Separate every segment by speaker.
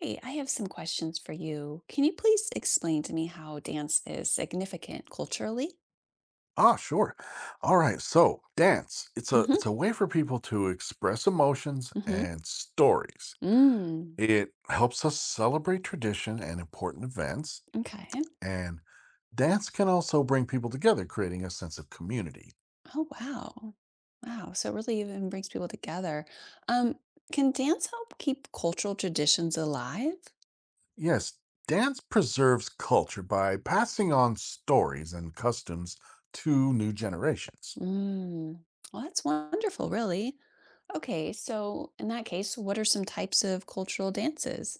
Speaker 1: Hey, I have some questions for you. Can you please explain to me how dance is significant culturally?
Speaker 2: Ah, sure. All right. So dance. It's a
Speaker 1: Mm-hmm.
Speaker 2: it's a way for people to express emotions
Speaker 1: Mm-hmm.
Speaker 2: and stories.
Speaker 1: Mm.
Speaker 2: It helps us celebrate tradition and important events.
Speaker 1: Okay.
Speaker 2: And dance can also bring people together, creating a sense of community.
Speaker 1: Oh, wow. Wow. So it really even brings people together. Um, can dance help keep cultural traditions alive?
Speaker 2: Yes, dance preserves culture by passing on stories and customs to new generations.
Speaker 1: Mm. Well, that's wonderful, really. Okay, so in that case, what are some types of cultural dances?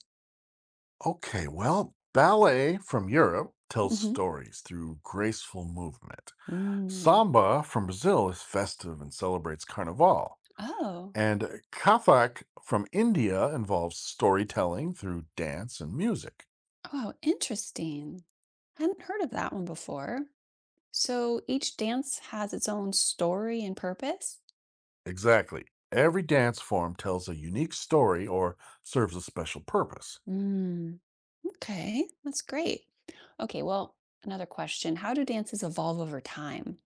Speaker 2: Okay, well, ballet from Europe tells
Speaker 1: Mm-hmm.
Speaker 2: stories through graceful movement.
Speaker 1: Mm.
Speaker 2: Samba from Brazil is festive and celebrates Carnival.
Speaker 1: Oh,
Speaker 2: And Kathak from India involves storytelling through dance and music.
Speaker 1: wow, interesting. Hadn't heard of that one before. So each dance has its own story and purpose?
Speaker 2: Exactly. Every dance form tells a unique story or serves a special purpose.
Speaker 1: Mm, okay, that's great. Okay, well, another question. How do dances evolve over time?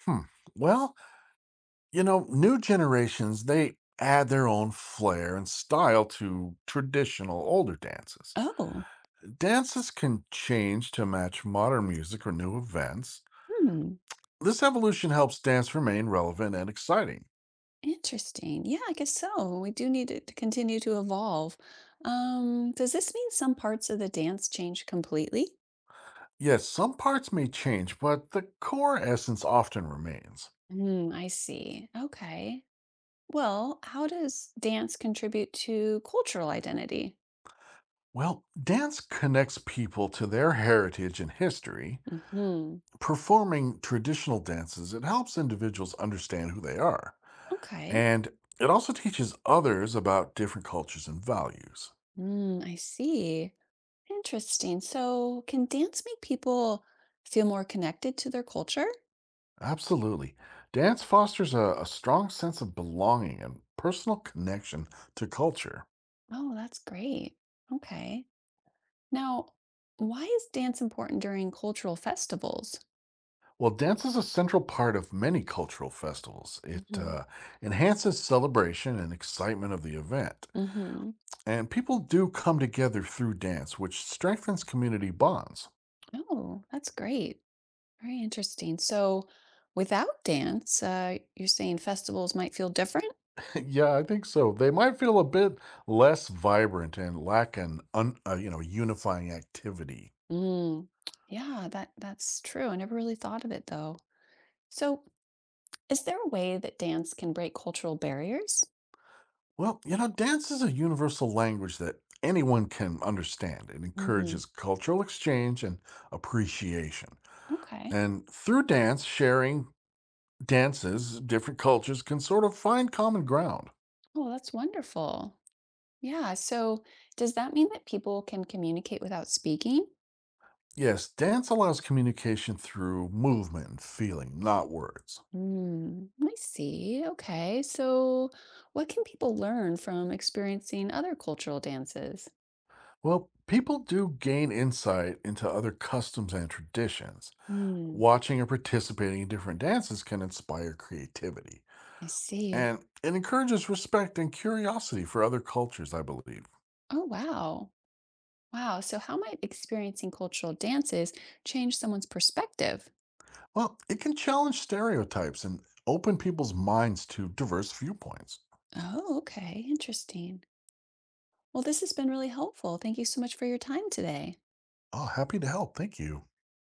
Speaker 2: Hmm. Well, new generations, they add their own flair and style to traditional older dances.
Speaker 1: Oh,
Speaker 2: Dances can change to match modern music or new events.
Speaker 1: hmm,
Speaker 2: This evolution helps dance remain relevant and exciting.
Speaker 1: interesting. Yeah, I guess so. We do need it to continue to evolve. Does this mean some parts of the dance change completely?
Speaker 2: Yes, some parts may change, but the core essence often remains.
Speaker 1: Hmm, I see. Okay. Well, how does dance contribute to cultural identity?
Speaker 2: Well, dance connects people to their heritage and history.
Speaker 1: Hmm.
Speaker 2: Performing traditional dances, it helps individuals understand who they are.
Speaker 1: Okay.
Speaker 2: And it also teaches others about different cultures and values.
Speaker 1: Hmm, I see. Interesting. So, can dance make people feel more connected to their culture?
Speaker 2: Absolutely. Dance fosters a strong sense of belonging and personal connection to culture.
Speaker 1: Oh, that's great. Okay. Now, why is dance important during cultural festivals?
Speaker 2: Well, dance is a central part of many cultural festivals. It
Speaker 1: Hmm.
Speaker 2: enhances celebration and excitement of the event.
Speaker 1: Hmm.
Speaker 2: And people do come together through dance, which strengthens community bonds.
Speaker 1: Oh, that's great. Very interesting. So, without dance, you're saying festivals might feel different?
Speaker 2: Yeah, I think so. They might feel a bit less vibrant and lack you know unifying activity.
Speaker 1: Mm. Yeah, that's true. I never really thought of it though. So, is there a way that dance can break cultural barriers?
Speaker 2: Well, dance is a universal language that anyone can understand. It
Speaker 1: Hmm.
Speaker 2: encourages cultural exchange and appreciation.
Speaker 1: Okay.
Speaker 2: And through dance, sharing dances, different cultures can sort of find common ground.
Speaker 1: Oh, that's wonderful. Yeah. So, does that mean that people can communicate without speaking?
Speaker 2: Yes, dance allows communication through movement and feeling, not words.
Speaker 1: Hmm. I see. Okay. So, what can people learn from experiencing other cultural dances?
Speaker 2: Well, people do gain insight into other customs and traditions.
Speaker 1: Hmm.
Speaker 2: Watching or participating in different dances can inspire creativity.
Speaker 1: I see.
Speaker 2: And it encourages respect and curiosity for other cultures, I believe.
Speaker 1: Oh, wow. Wow. So, how might experiencing cultural dances change someone's perspective?
Speaker 2: Well, it can challenge stereotypes and open people's minds to diverse viewpoints.
Speaker 1: Oh, okay. Interesting. Well, this has been really helpful. Thank you so much for your time today.
Speaker 2: Oh, happy to help. Thank you.